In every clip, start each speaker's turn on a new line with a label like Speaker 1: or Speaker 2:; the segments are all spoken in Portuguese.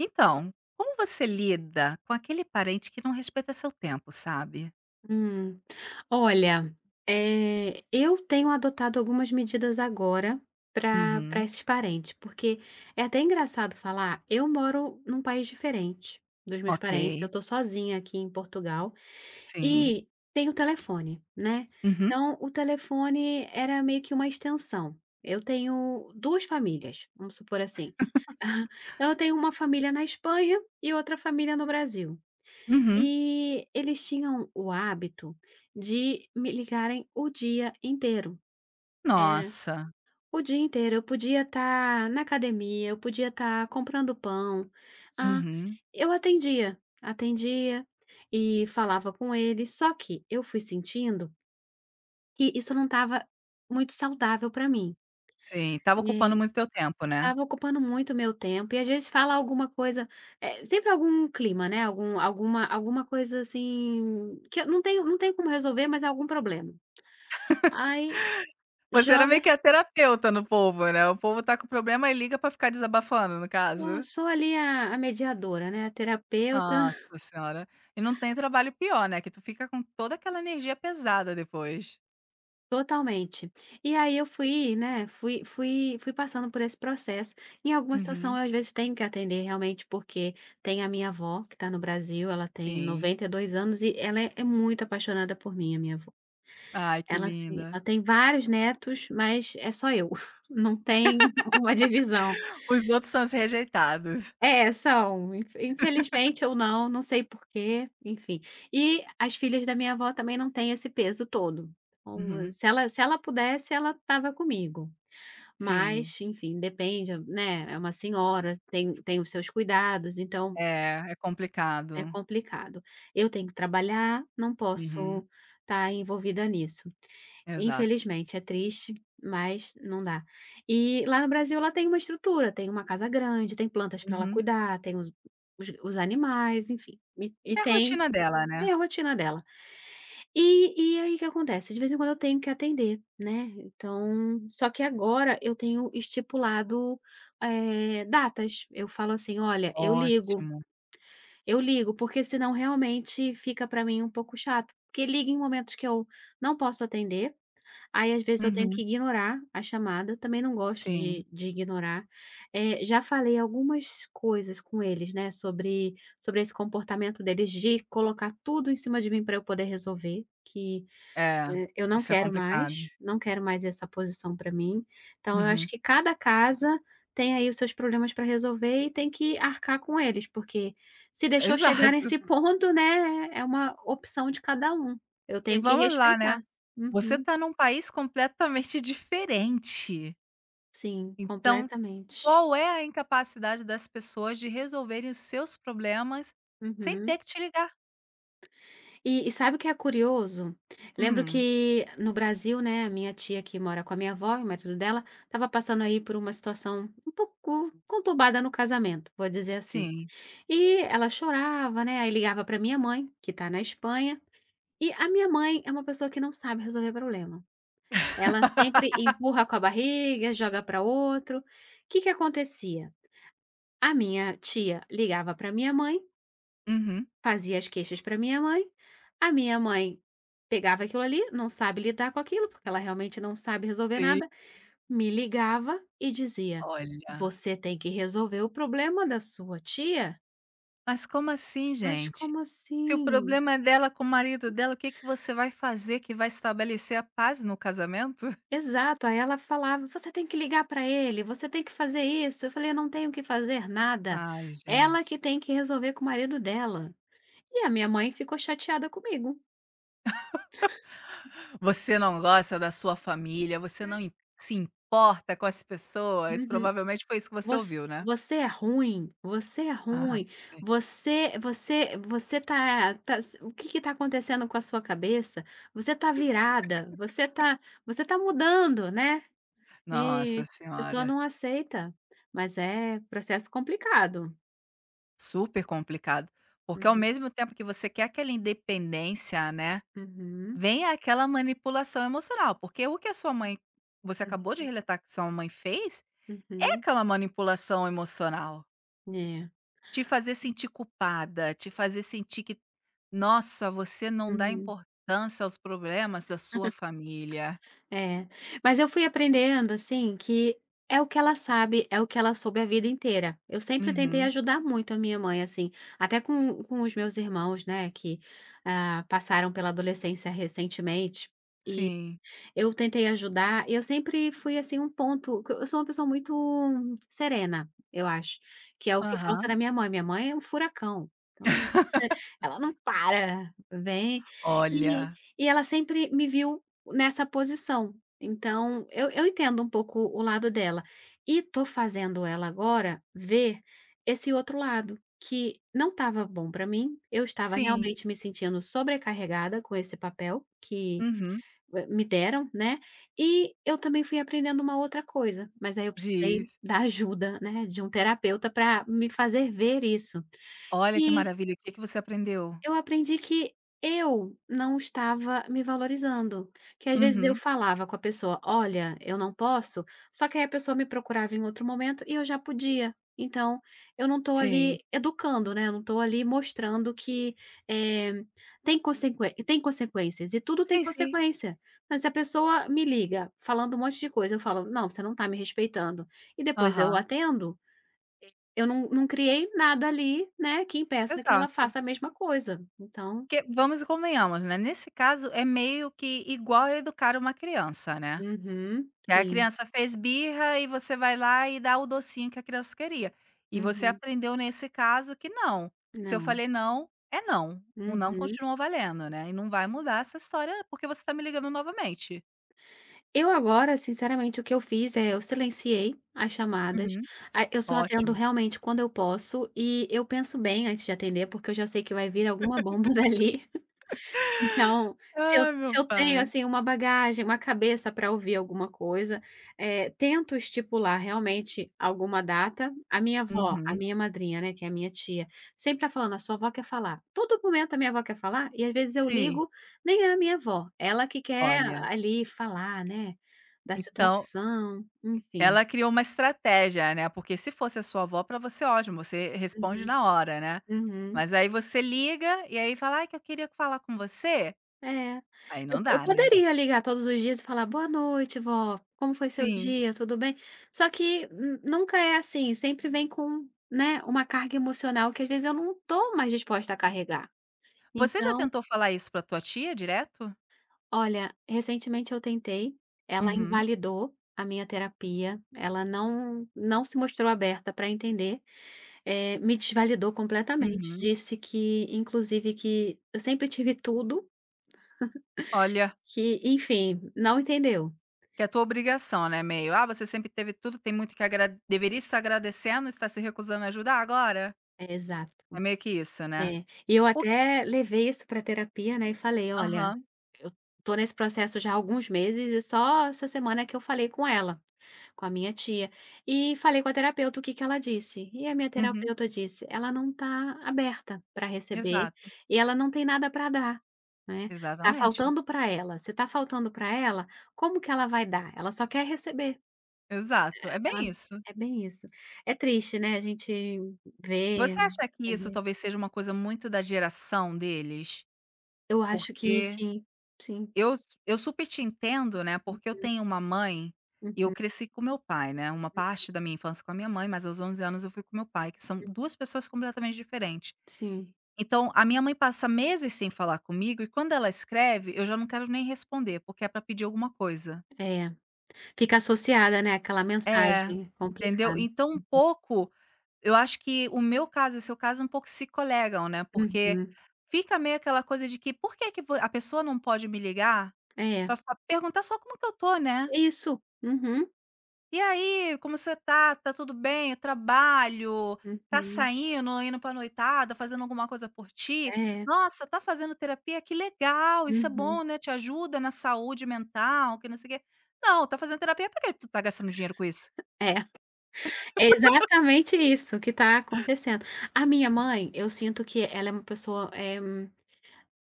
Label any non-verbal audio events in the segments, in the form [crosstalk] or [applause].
Speaker 1: Então, como você lida com aquele parente que não respeita seu tempo, sabe?
Speaker 2: Hum, olha, eu tenho adotado algumas medidas agora para
Speaker 1: Uhum.
Speaker 2: esses parentes, porque é até engraçado falar. Eu moro num país diferente dos meus
Speaker 1: Ok.
Speaker 2: parentes, eu estou sozinha aqui em Portugal
Speaker 1: Sim.
Speaker 2: e tenho telefone, né?
Speaker 1: Uhum.
Speaker 2: Então, o telefone era meio que uma extensão. Eu tenho duas famílias, vamos supor assim. Então, eu tenho uma família na Espanha e outra família no Brasil.
Speaker 1: Uhum.
Speaker 2: E eles tinham o hábito de me ligarem o dia inteiro. Era
Speaker 1: Nossa.
Speaker 2: o dia inteiro. Eu podia estar na academia, eu podia estar comprando pão. Ah,
Speaker 1: Uhum.
Speaker 2: eu atendia, atendia e falava com eles. Só que eu fui sentindo que isso não estava muito saudável para mim.
Speaker 1: Sim, tava ocupando muito teu tempo, né?
Speaker 2: Estava ocupando muito meu tempo e às vezes fala alguma coisa, sempre algum clima, né, alguma coisa assim, que eu não tenho como resolver, mas é algum problema. Aí
Speaker 1: Você era
Speaker 2: joga,
Speaker 1: meio que a terapeuta no povo, né? O povo tá com problema e liga pra ficar desabafando, no
Speaker 2: sou
Speaker 1: caso.
Speaker 2: sou ali a mediadora, né, a terapeuta, [laughs]
Speaker 1: Nossa senhora. E não tem trabalho pior, né, que tu fica com toda aquela energia pesada depois.
Speaker 2: totalmente. E aí eu fui, né, fui passando por esse processo. Em alguma situação
Speaker 1: Uhum.
Speaker 2: eu às vezes tenho que atender realmente, porque tem a minha avó que está no Brasil, ela tem
Speaker 1: Sim.
Speaker 2: 92 anos e ela é muito apaixonada por mim, a minha avó.
Speaker 1: Ai, que
Speaker 2: Ela assim,
Speaker 1: linda.
Speaker 2: ela tem vários netos, mas é só eu, [laughs] não tem uma divisão.
Speaker 1: Os outros são os rejeitados.
Speaker 2: É, são, infelizmente ou não, não sei porquê, enfim. E as filhas da minha avó também não têm esse peso todo. Então,
Speaker 1: Uhum.
Speaker 2: se ela pudesse, ela estava comigo,
Speaker 1: Sim.
Speaker 2: mas enfim, depende, né, é uma senhora, tem os seus cuidados, então
Speaker 1: É, é
Speaker 2: é
Speaker 1: complicado.
Speaker 2: complicado. Eu tenho que trabalhar, não
Speaker 1: Uhum,
Speaker 2: posso estar envolvida nisso.
Speaker 1: exato.
Speaker 2: Infelizmente, é triste, mas não dá. E lá no Brasil ela tem uma estrutura, tem uma casa grande, tem plantas para ela
Speaker 1: Uhum.
Speaker 2: cuidar, tem os animais, enfim, e e
Speaker 1: É a
Speaker 2: tem
Speaker 1: rotina dela, né.
Speaker 2: tem a rotina dela. E aí o que acontece? De vez em quando eu tenho que atender, né, então só que agora eu tenho estipulado, datas. Eu falo assim: "Olha, eu ligo".
Speaker 1: Ótimo.
Speaker 2: Eu ligo, porque senão realmente fica pra mim um pouco chato, porque liga em momentos que eu não posso atender, aí às vezes eu tenho
Speaker 1: Uhum,
Speaker 2: que ignorar a chamada, também não gosto
Speaker 1: sim.
Speaker 2: de ignorar. Já falei algumas coisas com eles, né, sobre esse comportamento deles de colocar tudo em cima de mim para eu poder resolver, que
Speaker 1: É,
Speaker 2: eu não
Speaker 1: isso é
Speaker 2: quero
Speaker 1: complicado.
Speaker 2: mais, não quero mais essa posição para mim. Então eu acho
Speaker 1: Uhum,
Speaker 2: que cada casa tem aí os seus problemas para resolver e tem que arcar com eles, porque se
Speaker 1: [laughs]
Speaker 2: deixou chegar
Speaker 1: exato.
Speaker 2: nesse [laughs] ponto, né, é uma opção de cada um. Eu
Speaker 1: E
Speaker 2: tenho que
Speaker 1: vamos lá, né,
Speaker 2: respeitar.
Speaker 1: você
Speaker 2: Uhum.
Speaker 1: tá num país completamente [laughs] diferente,
Speaker 2: Sim,
Speaker 1: então
Speaker 2: completamente.
Speaker 1: qual é a incapacidade das pessoas de resolverem os seus problemas sem ter
Speaker 2: Uhum.
Speaker 1: que te ligar?
Speaker 2: E sabe o que é curioso? Lembro
Speaker 1: Hum,
Speaker 2: que no Brasil, né, a minha tia que mora com a minha avó e o marido dela estava passando aí por uma situação um pouco conturbada no casamento, vou dizer assim.
Speaker 1: sim.
Speaker 2: E ela chorava, né, aí ligava para minha mãe, que está na Espanha, e a minha mãe é uma pessoa que não sabe resolver problema. Ela sempre empurra com a barriga, joga para outro. O Que que acontecia? A minha tia ligava para minha mãe,
Speaker 1: Uhum.
Speaker 2: fazia as queixas para minha mãe, a minha mãe pegava aquilo ali, não sabe lidar com aquilo, porque ela realmente não sabe resolver
Speaker 1: Sim.
Speaker 2: nada, me ligava e dizia:
Speaker 1: Olha.
Speaker 2: "Você tem que resolver o problema da sua tia".
Speaker 1: Mas como assim,
Speaker 2: Mas
Speaker 1: gente?
Speaker 2: como
Speaker 1: Se o
Speaker 2: assim?
Speaker 1: problema é dela com o marido dela, o que que você vai fazer que vai estabelecer a paz no casamento? [laughs]
Speaker 2: Exato, aí ela falava: "Você tem que ligar para ele, você tem que fazer isso". Eu falei: "Eu não tenho que fazer nada".
Speaker 1: Ai,
Speaker 2: Ela
Speaker 1: gente.
Speaker 2: que tem que resolver com o marido dela. E a minha mãe ficou chateada comigo.
Speaker 1: Você não gosta da sua família, você não im se importa com as pessoas,
Speaker 2: Uhum.
Speaker 1: provavelmente foi isso que você
Speaker 2: "Voc
Speaker 1: ouviu, né?
Speaker 2: Você é ruim, você é ruim,
Speaker 1: Aff,
Speaker 2: você tá o que que tá acontecendo com a sua cabeça? Você tá virada, você tá mudando, né". E
Speaker 1: nossa
Speaker 2: a pessoa
Speaker 1: senhora,
Speaker 2: não aceita, mas é processo complicado.
Speaker 1: super complicado. Porque ao
Speaker 2: Uhum,
Speaker 1: mesmo tempo que você quer aquela independência, né,
Speaker 2: uhum.
Speaker 1: vem aquela manipulação emocional, porque o que a sua mãe você acabou de relatar que sua mãe fez, é
Speaker 2: Uhum.
Speaker 1: aquela manipulação emocional.
Speaker 2: É.
Speaker 1: Te fazer sentir culpada, te fazer sentir que, nossa, você não dá
Speaker 2: Uhum.
Speaker 1: importância aos problemas da sua família.
Speaker 2: É. Mas eu fui aprendendo, assim, que é o que ela sabe, é o que ela soube a vida inteira. Eu sempre tentei
Speaker 1: Uhum.
Speaker 2: ajudar muito a minha mãe, assim, até com os meus irmãos, né, que, passaram pela adolescência recentemente,
Speaker 1: Sim.
Speaker 2: eu tentei ajudar e eu sempre fui, assim, um ponto, eu sou uma pessoa muito serena, eu acho, que é o que falta
Speaker 1: Aham.
Speaker 2: na minha mãe. Minha mãe é um furacão, então ela não para, vem e
Speaker 1: Olha.
Speaker 2: ela sempre me viu nessa posição, então eu entendo um pouco o lado dela. E tô fazendo ela agora ver esse outro lado, que não estava bom para mim, eu estava
Speaker 1: Sim.
Speaker 2: realmente me sentindo sobrecarregada com esse papel que
Speaker 1: Uhum.
Speaker 2: me deram, né, e eu também fui aprendendo uma outra coisa, mas aí eu precisei
Speaker 1: Diz.
Speaker 2: [laughs] da ajuda, né, de um terapeuta para me fazer ver isso.
Speaker 1: Olha que maravilha, o que que você aprendeu?
Speaker 2: Eu aprendi que eu não estava me valorizando, que às vezes eu
Speaker 1: Uhum.
Speaker 2: falava com a pessoa: "Olha, eu não posso", só que aí a pessoa me procurava em outro momento e eu já podia. Então, eu não estou
Speaker 1: Sim.
Speaker 2: ali educando, né, eu não estou ali mostrando que, eh, tem consequências e tudo tem
Speaker 1: Sim, sim.
Speaker 2: consequência. Mas se a pessoa me liga falando um monte de coisa, eu falo: "Não, você não está me respeitando", e depois eu
Speaker 1: Aham.
Speaker 2: atendo, eu não criei nada ali, né, que impeça que ela
Speaker 1: Exato.
Speaker 2: faça a mesma coisa. Então
Speaker 1: Porque vamos e convenhamos, né, nesse caso é meio que igual a educar uma criança, né.
Speaker 2: uhum,
Speaker 1: Que a
Speaker 2: sim,
Speaker 1: criança fez birra e você vai lá e dá o docinho que a criança queria. E você
Speaker 2: uhum,
Speaker 1: aprendeu nesse caso que não, se eu
Speaker 2: não,
Speaker 1: falei não, é não. O não
Speaker 2: uhum.
Speaker 1: continua valendo, né, e não vai mudar essa história porque você tá me ligando novamente.
Speaker 2: Eu agora, sinceramente, o que eu fiz é eu silenciei as chamadas,
Speaker 1: Uhum,
Speaker 2: a eu só atendo
Speaker 1: ótimo.
Speaker 2: realmente quando eu posso e eu penso bem antes de atender, porque eu já sei que vai vir alguma bomba [laughs] dali. Então, se eu
Speaker 1: Ai, meu
Speaker 2: se eu
Speaker 1: pai.
Speaker 2: tenho, assim, uma bagagem, uma cabeça para ouvir alguma coisa, tento estipular realmente alguma data. A minha avó, a
Speaker 1: Uhum,
Speaker 2: minha madrinha, né, que é a minha tia, sempre tá falando: "A sua avó quer falar". Todo momento a minha avó quer falar e às vezes eu
Speaker 1: sim.
Speaker 2: ligo, nem é a minha avó, ela que quer
Speaker 1: Olha,
Speaker 2: ali falar, né, da
Speaker 1: então
Speaker 2: situação, enfim.
Speaker 1: ela criou uma estratégia, né, porque se fosse a sua avó pra você ótimo, você responde
Speaker 2: Uhum,
Speaker 1: na hora, né.
Speaker 2: uhum.
Speaker 1: Mas aí você liga e aí fala: "Ai que eu queria falar com você",
Speaker 2: É,
Speaker 1: aí
Speaker 2: eu
Speaker 1: não
Speaker 2: eu
Speaker 1: dá, né.
Speaker 2: poderia ligar todos os dias e falar: "Boa noite vó, como foi seu
Speaker 1: Sim.
Speaker 2: dia, tudo bem?". Só que nu nunca é assim, sempre vem com, né, uma carga emocional que às vezes eu não estou mais disposta a carregar.
Speaker 1: Você já
Speaker 2: Então,
Speaker 1: tentou falar isso pra tua tia direto?
Speaker 2: olha, recentemente eu tentei, ela
Speaker 1: Uhum,
Speaker 2: invalidou a minha terapia, ela não se mostrou aberta para entender, me desvalidou completamente,
Speaker 1: uhum.
Speaker 2: disse que inclusive que eu sempre tive tudo,
Speaker 1: Olha,
Speaker 2: que enfim, não entendeu.
Speaker 1: que é a tua obrigação, né, meio. "Ah, você sempre teve tudo, tem muito que agra deveria estar agradecendo, está se recusando a ajudar agora?"
Speaker 2: Exato.
Speaker 1: É meio que isso, né.
Speaker 2: É, e eu
Speaker 1: O
Speaker 2: até levei isso para terapia, né, e falei: "Olha,
Speaker 1: aham,
Speaker 2: tô nesse processo já há alguns meses e só essa semana que eu falei com ela, com a minha tia". E falei com a terapeuta o que que ela disse, e a minha
Speaker 1: uhum,
Speaker 2: terapeuta disse: "Ela não tá aberta para receber
Speaker 1: exato.
Speaker 2: e ela não tem nada para dar, né, tá
Speaker 1: Exatamente.
Speaker 2: faltando para ela. Se tá faltando para ela, como que ela vai dar? Ela só quer receber".
Speaker 1: Exato, é
Speaker 2: Ela
Speaker 1: bem isso.
Speaker 2: é bem isso. É triste, né, a gente ver,
Speaker 1: Você acha que isso
Speaker 2: entender.
Speaker 1: talvez seja uma coisa muito da geração deles?
Speaker 2: Eu acho que
Speaker 1: Porque
Speaker 2: sim, sim.
Speaker 1: eu su eu super te entendo, né, porque eu
Speaker 2: Uhum.
Speaker 1: tenho uma mãe e eu
Speaker 2: Uhum,
Speaker 1: cresci com meu pai, né, uma parte da minha infância com a minha mãe, mas aos 11 anos eu fui com meu pai, que são 2 pessoas completamente diferentes.
Speaker 2: sim,
Speaker 1: Então, a minha mãe passa meses sem falar comigo e quando ela escreve, eu já não quero nem responder, porque é para pedir alguma coisa.
Speaker 2: é. Fica associada, né, àquela
Speaker 1: É,
Speaker 2: mensagem,
Speaker 1: entendeu?
Speaker 2: complicado.
Speaker 1: Então um pouco, eu acho que o meu caso e o seu caso um pouco se colegam, né, porque
Speaker 2: Uhum,
Speaker 1: fica meio aquela coisa de que: "Por que que vo a pessoa não pode me ligar
Speaker 2: é.
Speaker 1: para perguntar só como que eu tô, né?"
Speaker 2: Isso. Uhum,
Speaker 1: E aí, como você tá? Tá tudo bem? O trabalho? Tá
Speaker 2: uhum,
Speaker 1: saindo, indo pra noitada, fazendo alguma coisa por ti?
Speaker 2: é,
Speaker 1: Nossa, tá fazendo terapia? Que legal, isso é bom,
Speaker 2: uhum,
Speaker 1: né? Te ajuda na saúde mental, que não sei o quê. Não, tá fazendo terapia, por que tu tá gastando dinheiro com isso?
Speaker 2: é. É exatamente isso que está acontecendo. A minha mãe, eu sinto que ela é uma pessoa,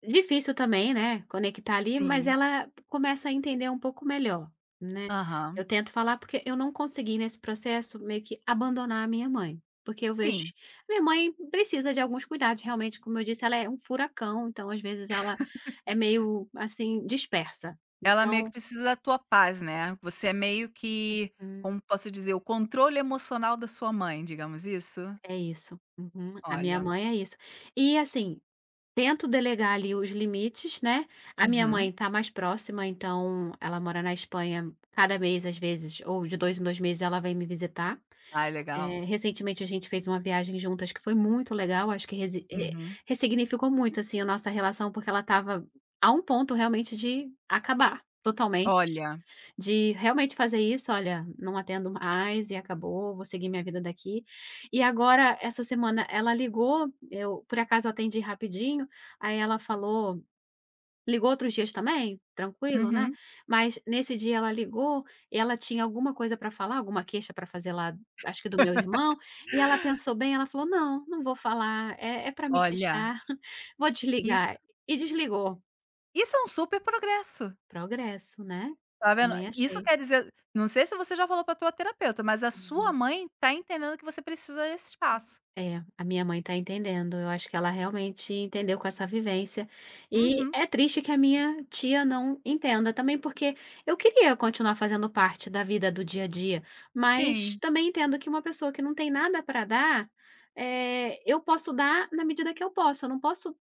Speaker 2: difícil também, né, conectar ali, mas
Speaker 1: Sim.
Speaker 2: ela começa a entender um pouco melhor, né.
Speaker 1: Aham.
Speaker 2: Eu tento falar porque eu não consegui nesse processo meio que abandonar a minha mãe, porque eu vejo
Speaker 1: Sim.
Speaker 2: minha mãe precisa de alguns cuidados, realmente, como eu disse, ela é um furacão, então às vezes ela é meio, assim, dispersa.
Speaker 1: Ela meio que
Speaker 2: Então
Speaker 1: precisa da tua paz, né? Você é meio que,
Speaker 2: hum,
Speaker 1: como posso dizer, o controle emocional da sua mãe, digamos isso?
Speaker 2: é isso. Uhum. A minha
Speaker 1: Olha.
Speaker 2: mãe é isso. E assim, tento delegar ali os limites, né. A minha
Speaker 1: Uhum.
Speaker 2: mãe tá mais próxima, então ela mora na Espanha, cada mês às vezes, ou de 2 em 2 meses ela vem me visitar.
Speaker 1: Ah, legal.
Speaker 2: Recentemente a gente fez uma viagem juntas que foi muito legal, acho que resi re
Speaker 1: Uhum.
Speaker 2: ressignificou muito, assim, a nossa relação, porque ela estava a um ponto realmente de acabar totalmente.
Speaker 1: Olha.
Speaker 2: De realmente fazer isso: "Olha, não atendo mais e acabou, vou seguir minha vida daqui". E agora, essa semana, ela ligou, eu por acaso atendi rapidinho, aí ela falou, ligou outros dias também, tranquilo, né,
Speaker 1: Uhum.
Speaker 2: mas nesse dia ela ligou e ela tinha alguma coisa para falar, alguma queixa para fazer lá, acho que do meu irmão, e ela pensou bem, ela falou: "Não, não vou falar, é para me
Speaker 1: Olha,
Speaker 2: queixar, [laughs] vou desligar".
Speaker 1: isso
Speaker 2: E desligou.
Speaker 1: isso é um super progresso,
Speaker 2: Progresso, né?
Speaker 1: tá vendo?
Speaker 2: Também
Speaker 1: Isso
Speaker 2: achei.
Speaker 1: quer dizer não sei se você já falou pra tua terapeuta, mas a sua
Speaker 2: Uhum.
Speaker 1: mãe tá entendendo que você precisa desse espaço.
Speaker 2: É, a minha mãe tá entendendo, eu acho que ela realmente entendeu com essa vivência, e
Speaker 1: Uhum,
Speaker 2: é triste que a minha tia não entenda também, porque eu queria continuar fazendo parte da vida do dia a dia, mas
Speaker 1: sim,
Speaker 2: também entendo que uma pessoa que não tem nada para dar, eu posso dar na medida que eu posso, eu não posso,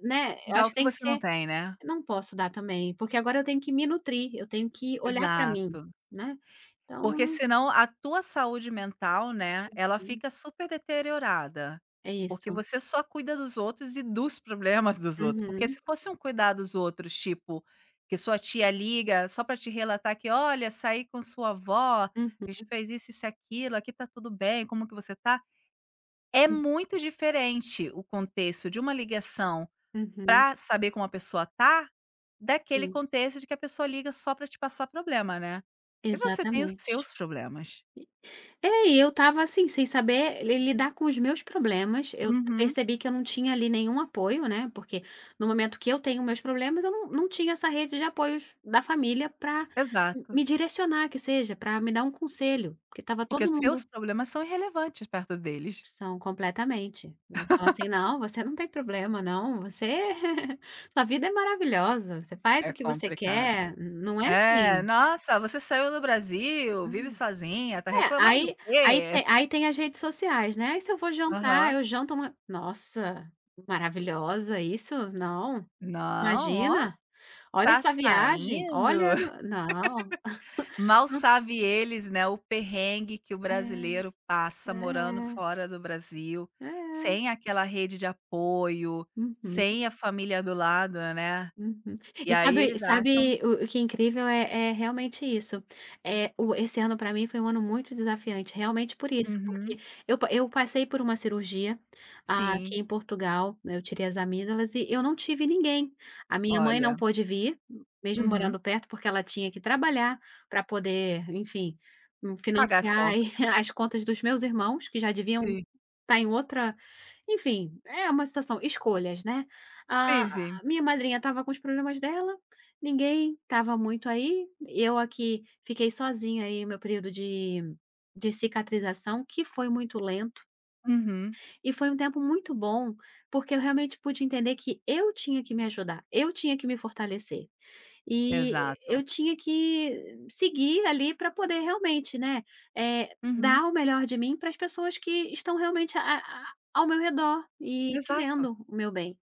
Speaker 2: né, eu
Speaker 1: dá
Speaker 2: acho
Speaker 1: o
Speaker 2: que
Speaker 1: que
Speaker 2: tem que
Speaker 1: você não
Speaker 2: ser,
Speaker 1: tem, né?
Speaker 2: não posso dar também, porque agora eu tenho que me nutrir, eu tenho que olhar para mim,
Speaker 1: Exato.
Speaker 2: né, então
Speaker 1: Porque senão a tua saúde mental, né, ela fica super deteriorada,
Speaker 2: é
Speaker 1: porque
Speaker 2: isso.
Speaker 1: você só cuida dos outros e dos problemas dos outros, porque
Speaker 2: Uhum,
Speaker 1: se fosse um cuidar dos outros, tipo, que sua tia liga só para te relatar que: "Olha, saí com sua avó,
Speaker 2: uhum,
Speaker 1: a gente fez isso, isso e aquilo, aqui tá tudo bem, como que você tá?". É muito diferente o contexto de uma ligação
Speaker 2: uhum,
Speaker 1: para saber como a pessoa tá, daquele
Speaker 2: sim.
Speaker 1: contexto de que a pessoa liga só para te passar problema, né. E você tem os
Speaker 2: Exatamente.
Speaker 1: seus problemas.
Speaker 2: É, e eu estava assim, sem saber li lidar com os meus problemas, eu
Speaker 1: Uhum,
Speaker 2: percebi que eu não tinha ali nenhum apoio, né, porque no momento que eu tenho meus problemas, eu não tinha essa rede de apoios da família para
Speaker 1: exato.
Speaker 2: me direcionar que seja, para me dar um conselho, porque estava
Speaker 1: Porque
Speaker 2: todo
Speaker 1: seus
Speaker 2: mundo,
Speaker 1: problemas são irrelevantes perto deles.
Speaker 2: são completamente. Vão falar assim: "Não, você não tem problema não, você [laughs] sua vida é maravilhosa, você faz
Speaker 1: É
Speaker 2: o que você
Speaker 1: complicado.
Speaker 2: quer", não é
Speaker 1: É,
Speaker 2: assim.
Speaker 1: "Nossa, você saiu do Brasil, vive
Speaker 2: Hum.
Speaker 1: sozinha, tá
Speaker 2: É,
Speaker 1: reclamando o
Speaker 2: aí aí
Speaker 1: quê?"
Speaker 2: tem aí tem as redes sociais, né. "Ai, se eu vou jantar,
Speaker 1: Aham.
Speaker 2: eu janto uma", nossa, maravilhosa isso, não,
Speaker 1: "Não, ó,
Speaker 2: imagina. Olha
Speaker 1: tá
Speaker 2: essa viagem,
Speaker 1: saindo?"
Speaker 2: olha, não,
Speaker 1: [laughs] Mal
Speaker 2: não
Speaker 1: sabe eles, né, o perrengue que o
Speaker 2: é,
Speaker 1: brasileiro passa morando fora do Brasil,
Speaker 2: é, é.
Speaker 1: sem aquela rede de apoio,
Speaker 2: Uhum.
Speaker 1: sem a família do lado, né.
Speaker 2: Uhum.
Speaker 1: E
Speaker 2: E
Speaker 1: aí
Speaker 2: sabe
Speaker 1: eles acham
Speaker 2: sabe o que é incrível é realmente isso, é o esse ano para mim foi um ano muito desafiante, realmente por isso, porque
Speaker 1: Uhum,
Speaker 2: eu passei por uma cirurgia,
Speaker 1: sim,
Speaker 2: aqui em Portugal, né, eu tirei as amígdalas e eu não tive ninguém. A minha mãe não
Speaker 1: olha.
Speaker 2: pôde vir, mesmo
Speaker 1: Uhum.
Speaker 2: morando perto, porque ela tinha que trabalhar para poder, enfim,
Speaker 1: Pagar as
Speaker 2: financiar
Speaker 1: contas.
Speaker 2: aí [laughs] as contas dos meus irmãos, que já deviam
Speaker 1: Sim,
Speaker 2: tá em outra, enfim, é uma situação, escolhas, né. A
Speaker 1: sim, sim.
Speaker 2: a minha madrinha estava com os problemas dela, ninguém estava muito aí, eu aqui fiquei sozinha aí meu período de cicatrização, que foi muito lento.
Speaker 1: Uhum,
Speaker 2: E foi um tempo muito bom, porque eu realmente pude entender que eu tinha que me ajudar, eu tinha que me fortalecer. E
Speaker 1: exato.
Speaker 2: eu tinha que seguir ali para poder realmente, né, eh,
Speaker 1: Uhum,
Speaker 2: dar o melhor de mim para as pessoas que estão realmente a ao meu redor e
Speaker 1: exato.
Speaker 2: querendo o meu bem.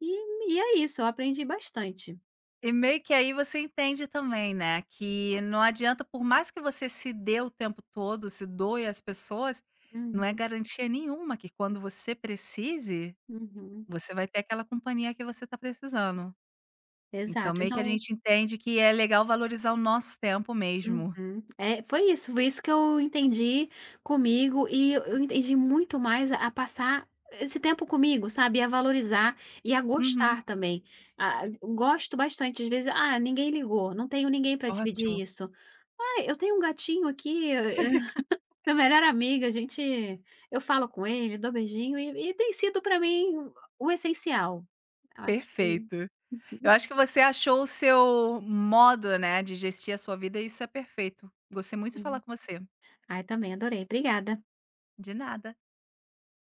Speaker 2: E é isso, eu aprendi bastante.
Speaker 1: E meio que aí você entende também, né, que não adianta por mais que você se dê o tempo todo, se doe às pessoas, não é
Speaker 2: Uhum,
Speaker 1: garantia nenhuma que quando você precise,
Speaker 2: uhum.
Speaker 1: você vai ter aquela companhia que você está precisando. Então
Speaker 2: Exato,
Speaker 1: meio que a
Speaker 2: então
Speaker 1: gente entende que é legal valorizar o nosso tempo mesmo.
Speaker 2: uhum. É, foi isso que eu entendi comigo e eu entendi muito mais a passar esse tempo comigo, sabe, e a valorizar e a
Speaker 1: Uhum,
Speaker 2: gostar também. Ah, eu gosto bastante, às vezes, "Ah, ninguém ligou, não tenho ninguém para
Speaker 1: ótimo,
Speaker 2: dividir isso". Ah, eu tenho um gatinho aqui, [laughs] hã, meu melhor amigo, a gente eu falo com ele, dou beijinho", e tem sido para mim o essencial. Eu acho que
Speaker 1: perfeito. Eu acho que você achou o seu modo, né, de gestir a sua vida e isso é perfeito. Gostei muito de falar
Speaker 2: sim.
Speaker 1: com você.
Speaker 2: Ai, também adorei, obrigada.
Speaker 1: De nada.